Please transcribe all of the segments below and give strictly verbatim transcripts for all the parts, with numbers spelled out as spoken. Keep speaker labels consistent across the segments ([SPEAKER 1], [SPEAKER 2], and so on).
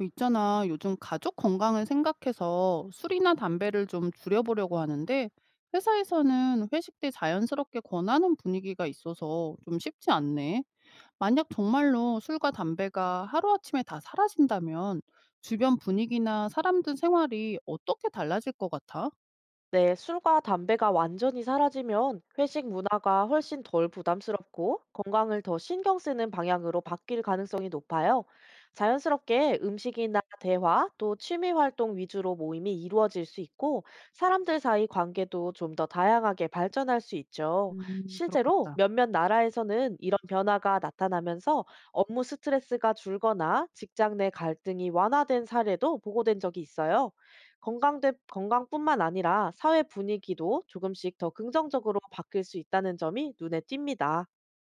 [SPEAKER 1] 어, 있잖아, 요즘 가족 건강을 생각해서 술이나 담배를 좀 줄여보려고 하는데, 회사에서는 회식 때 자연스럽게 권하는 분위기가 있어서 좀 쉽지 않네. 만약 정말로 술과 담배가 하루아침에 다 사라진다면, 주변 분위기나 사람들 생활이 어떻게 달라질 것 같아?
[SPEAKER 2] 네, 술과 담배가 완전히 사라지면 회식 문화가 훨씬 덜 부담스럽고 건강을 더 신경 쓰는 방향으로 바뀔 가능성이 높아요. 자연스럽게 음식이나 대화, 또 취미 활동 위주로 모임이 이루어질 수 있고, 사람들 사이 관계도 좀 더 다양하게 발전할 수 있죠.
[SPEAKER 1] 음,
[SPEAKER 2] 실제로
[SPEAKER 1] 그렇겠다.
[SPEAKER 2] 몇몇 나라에서는 이런 변화가 나타나면서 업무 스트레스가 줄거나 직장 내 갈등이 완화된 사례도 보고된 적이 있어요. 건강대 건강뿐만 아니라 사회 분위기도 조금씩 더 긍정적으로 바뀔 수 있다는 점이 눈에 띕니다.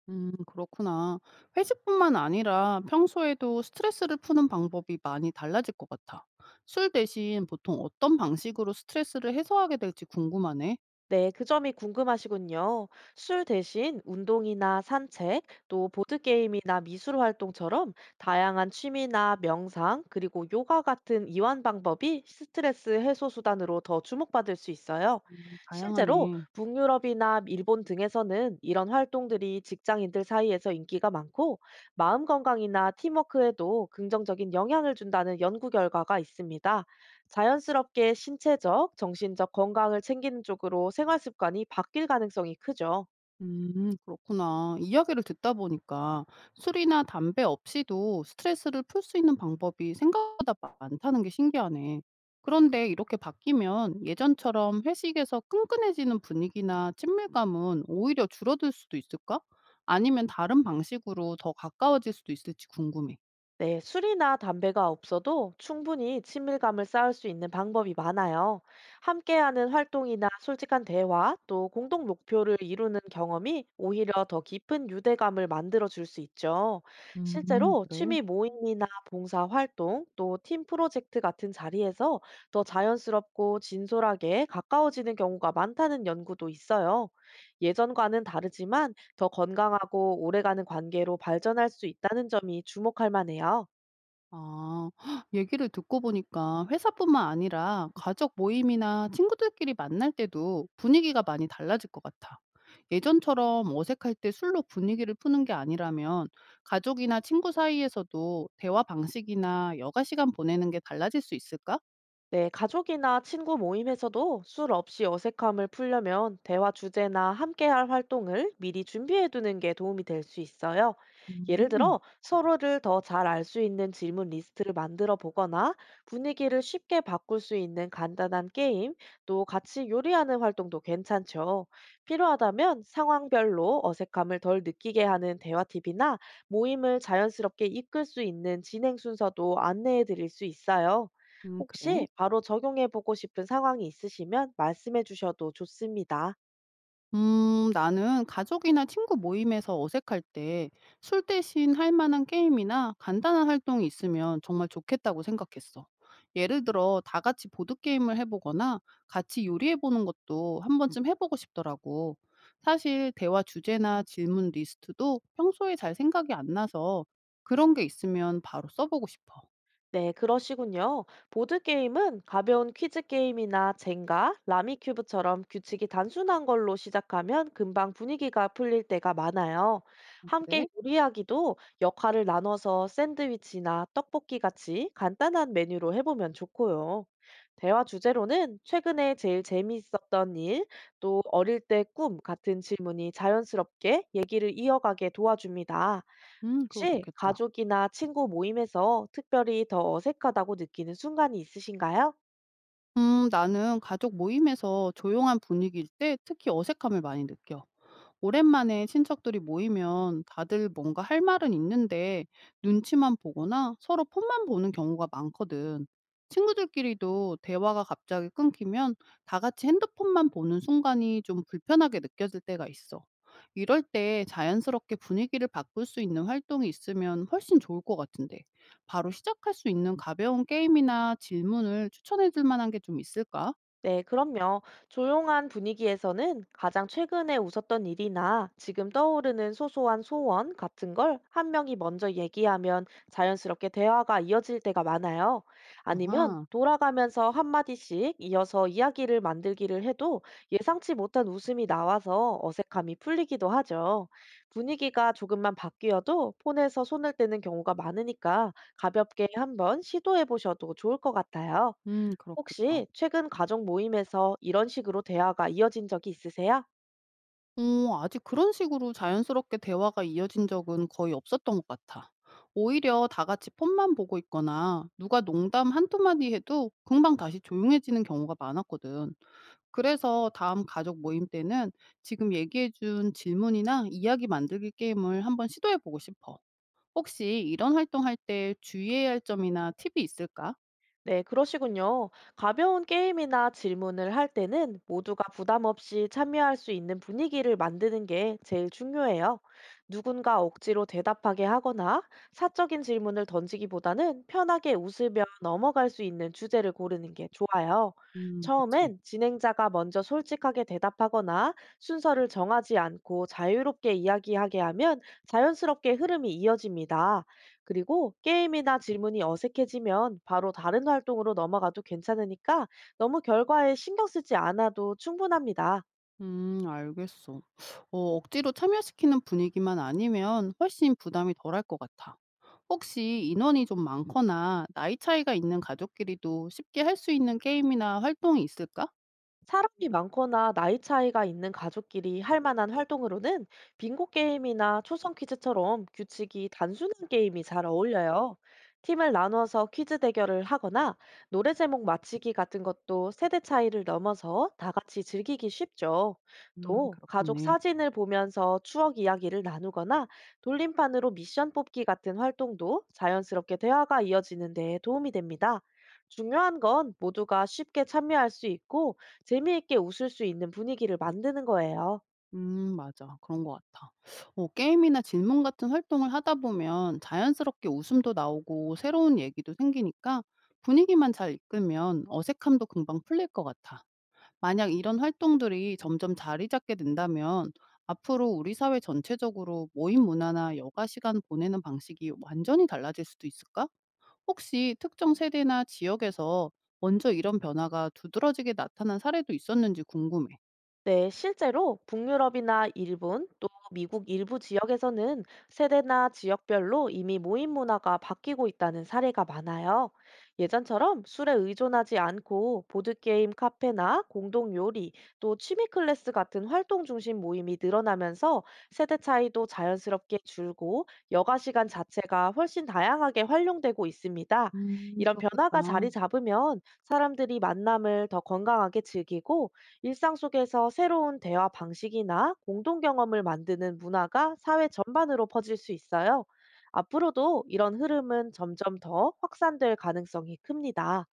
[SPEAKER 1] 음, 그렇구나. 회식뿐만 아니라 평소에도 스트레스를 푸는 방법이 많이 달라질 것 같아. 술 대신 보통 어떤 방식으로 스트레스를 해소하게 될지 궁금하네.
[SPEAKER 2] 네, 그 점이 궁금하시군요. 술 대신 운동이나 산책, 또 보드게임이나 미술 활동처럼 다양한 취미나 명상, 그리고 요가 같은 이완 방법이 스트레스 해소 수단으로 더 주목받을 수 있어요.
[SPEAKER 1] 음,
[SPEAKER 2] 실제로
[SPEAKER 1] 다양하네.
[SPEAKER 2] 북유럽이나 일본 등에서는 이런 활동들이 직장인들 사이에서 인기가 많고, 마음 건강이나 팀워크에도 긍정적인 영향을 준다는 연구 결과가 있습니다. 자연스럽게 신체적, 정신적 건강을 챙기는 쪽으로 생활 습관이 바뀔 가능성이 크죠.
[SPEAKER 1] 음, 그렇구나. 이야기를 듣다 보니까 술이나 담배 없이도 스트레스를 풀 수 있는 방법이 생각보다 많다는 게 신기하네. 그런데 이렇게 바뀌면 예전처럼 회식에서 끈끈해지는 분위기나 친밀감은 오히려 줄어들 수도 있을까? 아니면 다른 방식으로 더 가까워질 수도 있을지 궁금해.
[SPEAKER 2] 네, 술이나 담배가 없어도 충분히 친밀감을 쌓을 수 있는 방법이 많아요. 함께하는 활동이나 솔직한 대화, 또 공동 목표를 이루는 경험이 오히려 더 깊은 유대감을 만들어 줄 수 있죠.
[SPEAKER 1] 음,
[SPEAKER 2] 실제로
[SPEAKER 1] 그래.
[SPEAKER 2] 취미 모임이나 봉사 활동, 또 팀 프로젝트 같은 자리에서 더 자연스럽고 진솔하게 가까워지는 경우가 많다는 연구도 있어요. 예전과는 다르지만, 더 건강하고 오래가는 관계로 발전할 수 있다는 점이 주목할 만해요.
[SPEAKER 1] 아 헉, 얘기를 듣고 보니까 회사뿐만 아니라 가족 모임이나 친구들끼리 만날 때도 분위기가 많이 달라질 것 같아. 예전처럼 어색할 때 술로 분위기를 푸는 게 아니라면 가족이나 친구 사이에서도 대화 방식이나 여가 시간 보내는 게 달라질 수 있을까?
[SPEAKER 2] 네, 가족이나 친구 모임에서도 술 없이 어색함을 풀려면 대화 주제나 함께할 활동을 미리 준비해 두는 게 도움이 될 수 있어요. 예를
[SPEAKER 1] 음.
[SPEAKER 2] 들어, 서로를 더 잘 알 수 있는 질문 리스트를 만들어 보거나, 분위기를 쉽게 바꿀 수 있는 간단한 게임, 또 같이 요리하는 활동도 괜찮죠. 필요하다면 상황별로 어색함을 덜 느끼게 하는 대화 팁이나 모임을 자연스럽게 이끌 수 있는 진행 순서도 안내해 드릴 수 있어요.
[SPEAKER 1] 음, 그래.
[SPEAKER 2] 혹시 바로 적용해 보고 싶은 상황이 있으시면 말씀해 주셔도 좋습니다.
[SPEAKER 1] 음, 나는 가족이나 친구 모임에서 어색할 때 술 대신 할 만한 게임이나 간단한 활동이 있으면 정말 좋겠다고 생각했어. 예를 들어, 다 같이 보드게임을 해보거나 같이 요리해보는 것도 한 번쯤 해보고 싶더라고. 사실, 대화 주제나 질문 리스트도 평소에 잘 생각이 안 나서 그런 게 있으면 바로 써보고 싶어.
[SPEAKER 2] 네, 그러시군요. 보드게임은 가벼운 퀴즈 게임이나 젠가, 라미큐브처럼 규칙이 단순한 걸로 시작하면 금방 분위기가 풀릴 때가 많아요.
[SPEAKER 1] 아,
[SPEAKER 2] 함께
[SPEAKER 1] 그래?
[SPEAKER 2] 요리하기도 역할을 나눠서 샌드위치나 떡볶이 같이 간단한 메뉴로 해보면 좋고요. 대화 주제로는 최근에 제일 재미있었던 일, 또 어릴 때 꿈 같은 질문이 자연스럽게 얘기를 이어가게 도와줍니다.
[SPEAKER 1] 음, 그거
[SPEAKER 2] 혹시
[SPEAKER 1] 좋겠다.
[SPEAKER 2] 가족이나 친구 모임에서 특별히 더 어색하다고 느끼는 순간이 있으신가요?
[SPEAKER 1] 음, 나는 가족 모임에서 조용한 분위기일 때 특히 어색함을 많이 느껴. 오랜만에 친척들이 모이면 다들 뭔가 할 말은 있는데 눈치만 보거나 서로 폰만 보는 경우가 많거든. 친구들끼리도 대화가 갑자기 끊기면 다 같이 핸드폰만 보는 순간이 좀 불편하게 느껴질 때가 있어. 이럴 때 자연스럽게 분위기를 바꿀 수 있는 활동이 있으면 훨씬 좋을 것 같은데 바로 시작할 수 있는 가벼운 게임이나 질문을 추천해 줄 만한 게 좀 있을까?
[SPEAKER 2] 네, 그럼요. 조용한 분위기에서는 가장 최근에 웃었던 일이나 지금 떠오르는 소소한 소원 같은 걸 한 명이 먼저 얘기하면 자연스럽게 대화가 이어질 때가 많아요. 아니면
[SPEAKER 1] 아하,
[SPEAKER 2] 돌아가면서 한마디씩 이어서 이야기를 만들기를 해도 예상치 못한 웃음이 나와서 어색함이 풀리기도 하죠. 분위기가 조금만 바뀌어도 폰에서 손을 떼는 경우가 많으니까 가볍게 한번 시도해 보셔도 좋을 것 같아요.
[SPEAKER 1] 음, 그렇겠다.
[SPEAKER 2] 혹시 최근 가족 모임에서 이런 식으로 대화가 이어진 적이 있으세요?
[SPEAKER 1] 어 아직 그런 식으로 자연스럽게 대화가 이어진 적은 거의 없었던 것 같아. 오히려 다 같이 폰만 보고 있거나 누가 농담 한두마디 해도 금방 다시 조용해지는 경우가 많았거든. 그래서 다음 가족 모임 때는 지금 얘기해준 질문이나 이야기 만들기 게임을 한번 시도해보고 싶어. 혹시 이런 활동할 때 주의해야 할 점이나 팁이 있을까?
[SPEAKER 2] 네, 그러시군요. 가벼운 게임이나 질문을 할 때는 모두가 부담 없이 참여할 수 있는 분위기를 만드는 게 제일 중요해요. 누군가 억지로 대답하게 하거나 사적인 질문을 던지기보다는 편하게 웃으며 넘어갈 수 있는 주제를 고르는 게 좋아요.
[SPEAKER 1] 음, 그치.
[SPEAKER 2] 처음엔 진행자가 먼저 솔직하게 대답하거나 순서를 정하지 않고 자유롭게 이야기하게 하면 자연스럽게 흐름이 이어집니다. 그리고 게임이나 질문이 어색해지면 바로 다른 활동으로 넘어가도 괜찮으니까 너무 결과에 신경 쓰지 않아도 충분합니다.
[SPEAKER 1] 음, 알겠어. 어, 억지로 참여시키는 분위기만 아니면 훨씬 부담이 덜할 것 같아. 혹시 인원이 좀 많거나 나이 차이가 있는 가족끼리도 쉽게 할 수 있는 게임이나 활동이 있을까?
[SPEAKER 2] 사람이 많거나 나이 차이가 있는 가족끼리 할 만한 활동으로는 빙고 게임이나 초성 퀴즈처럼 규칙이 단순한 게임이 잘 어울려요. 팀을 나누어서 퀴즈 대결을 하거나 노래 제목 맞히기 같은 것도 세대 차이를 넘어서 다 같이 즐기기 쉽죠.
[SPEAKER 1] 음,
[SPEAKER 2] 또 가족
[SPEAKER 1] 그렇겠네.
[SPEAKER 2] 사진을 보면서 추억 이야기를 나누거나 돌림판으로 미션 뽑기 같은 활동도 자연스럽게 대화가 이어지는 데 도움이 됩니다. 중요한 건 모두가 쉽게 참여할 수 있고 재미있게 웃을 수 있는 분위기를 만드는 거예요.
[SPEAKER 1] 음, 맞아. 그런 것 같아. 어, 게임이나 질문 같은 활동을 하다 보면 자연스럽게 웃음도 나오고 새로운 얘기도 생기니까 분위기만 잘 이끌면 어색함도 금방 풀릴 것 같아. 만약 이런 활동들이 점점 자리 잡게 된다면 앞으로 우리 사회 전체적으로 모임 문화나 여가 시간 보내는 방식이 완전히 달라질 수도 있을까? 혹시 특정 세대나 지역에서 먼저 이런 변화가 두드러지게 나타난 사례도 있었는지 궁금해.
[SPEAKER 2] 네, 실제로 북유럽이나 일본, 또 미국 일부 지역에서는 세대나 지역별로 이미 모임 문화가 바뀌고 있다는 사례가 많아요. 예전처럼 술에 의존하지 않고 보드게임 카페나 공동 요리, 또 취미 클래스 같은 활동 중심 모임이 늘어나면서 세대 차이도 자연스럽게 줄고, 여가 시간 자체가 훨씬 다양하게 활용되고 있습니다.
[SPEAKER 1] 음,
[SPEAKER 2] 이런
[SPEAKER 1] 그렇겠다.
[SPEAKER 2] 변화가 자리 잡으면 사람들이 만남을 더 건강하게 즐기고, 일상 속에서 새로운 대화 방식이나 공동 경험을 만드는 문화가 사회 전반으로 퍼질 수 있어요. 앞으로도 이런 흐름은 점점 더 확산될 가능성이 큽니다.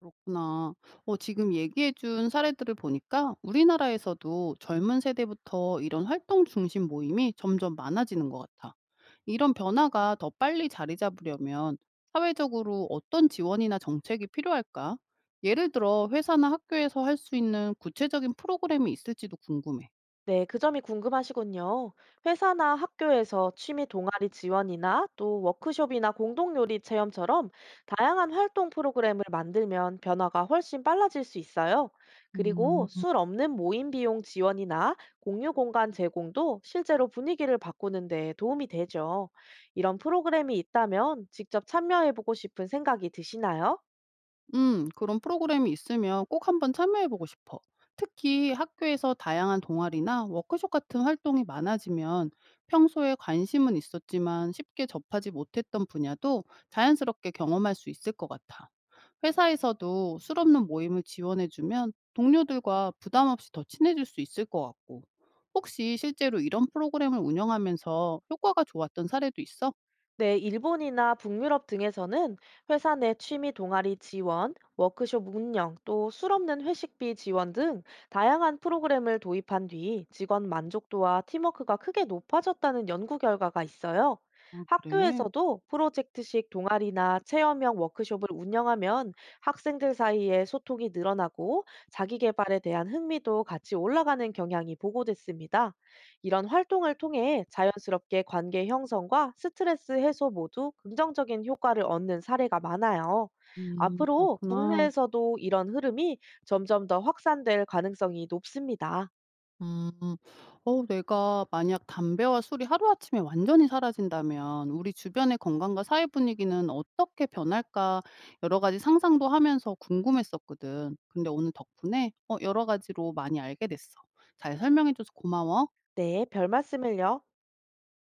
[SPEAKER 1] 그렇구나. 어, 지금 얘기해준 사례들을 보니까 우리나라에서도 젊은 세대부터 이런 활동 중심 모임이 점점 많아지는 것 같아. 이런 변화가 더 빨리 자리 잡으려면 사회적으로 어떤 지원이나 정책이 필요할까? 예를 들어 회사나 학교에서 할 수 있는 구체적인 프로그램이 있을지도 궁금해.
[SPEAKER 2] 네, 그 점이 궁금하시군요. 회사나 학교에서 취미 동아리 지원이나 또 워크숍이나 공동요리 체험처럼 다양한 활동 프로그램을 만들면 변화가 훨씬 빨라질 수 있어요. 그리고
[SPEAKER 1] 음.
[SPEAKER 2] 술 없는 모임 비용 지원이나 공유 공간 제공도 실제로 분위기를 바꾸는 데 도움이 되죠. 이런 프로그램이 있다면 직접 참여해보고 싶은 생각이 드시나요?
[SPEAKER 1] 음, 그런 프로그램이 있으면 꼭 한번 참여해 보고 싶어. 특히 학교에서 다양한 동아리나 워크숍 같은 활동이 많아지면 평소에 관심은 있었지만 쉽게 접하지 못했던 분야도 자연스럽게 경험할 수 있을 것 같아. 회사에서도 실없는 모임을 지원해주면 동료들과 부담 없이 더 친해질 수 있을 것 같고, 혹시 실제로 이런 프로그램을 운영하면서 효과가 좋았던 사례도 있어?
[SPEAKER 2] 네, 일본이나 북유럽 등에서는 회사 내 취미 동아리 지원, 워크숍 운영, 또 술없는 회식비 지원 등 다양한 프로그램을 도입한 뒤 직원 만족도와 팀워크가 크게 높아졌다는 연구 결과가 있어요.
[SPEAKER 1] 아, 그래.
[SPEAKER 2] 학교에서도 프로젝트식 동아리나 체험형 워크숍을 운영하면 학생들 사이에 소통이 늘어나고 자기 개발에 대한 흥미도 같이 올라가는 경향이 보고됐습니다. 이런 활동을 통해 자연스럽게 관계 형성과 스트레스 해소 모두 긍정적인 효과를 얻는 사례가 많아요.
[SPEAKER 1] 음,
[SPEAKER 2] 앞으로
[SPEAKER 1] 그렇구나.
[SPEAKER 2] 국내에서도 이런 흐름이 점점 더 확산될 가능성이 높습니다.
[SPEAKER 1] 음. 어 내가 만약 담배와 술이 하루아침에 완전히 사라진다면 우리 주변의 건강과 사회 분위기는 어떻게 변할까 여러 가지 상상도 하면서 궁금했었거든. 근데 오늘 덕분에 어 여러 가지로 많이 알게 됐어. 잘 설명해 줘서 고마워.
[SPEAKER 2] 네, 별 말씀을요.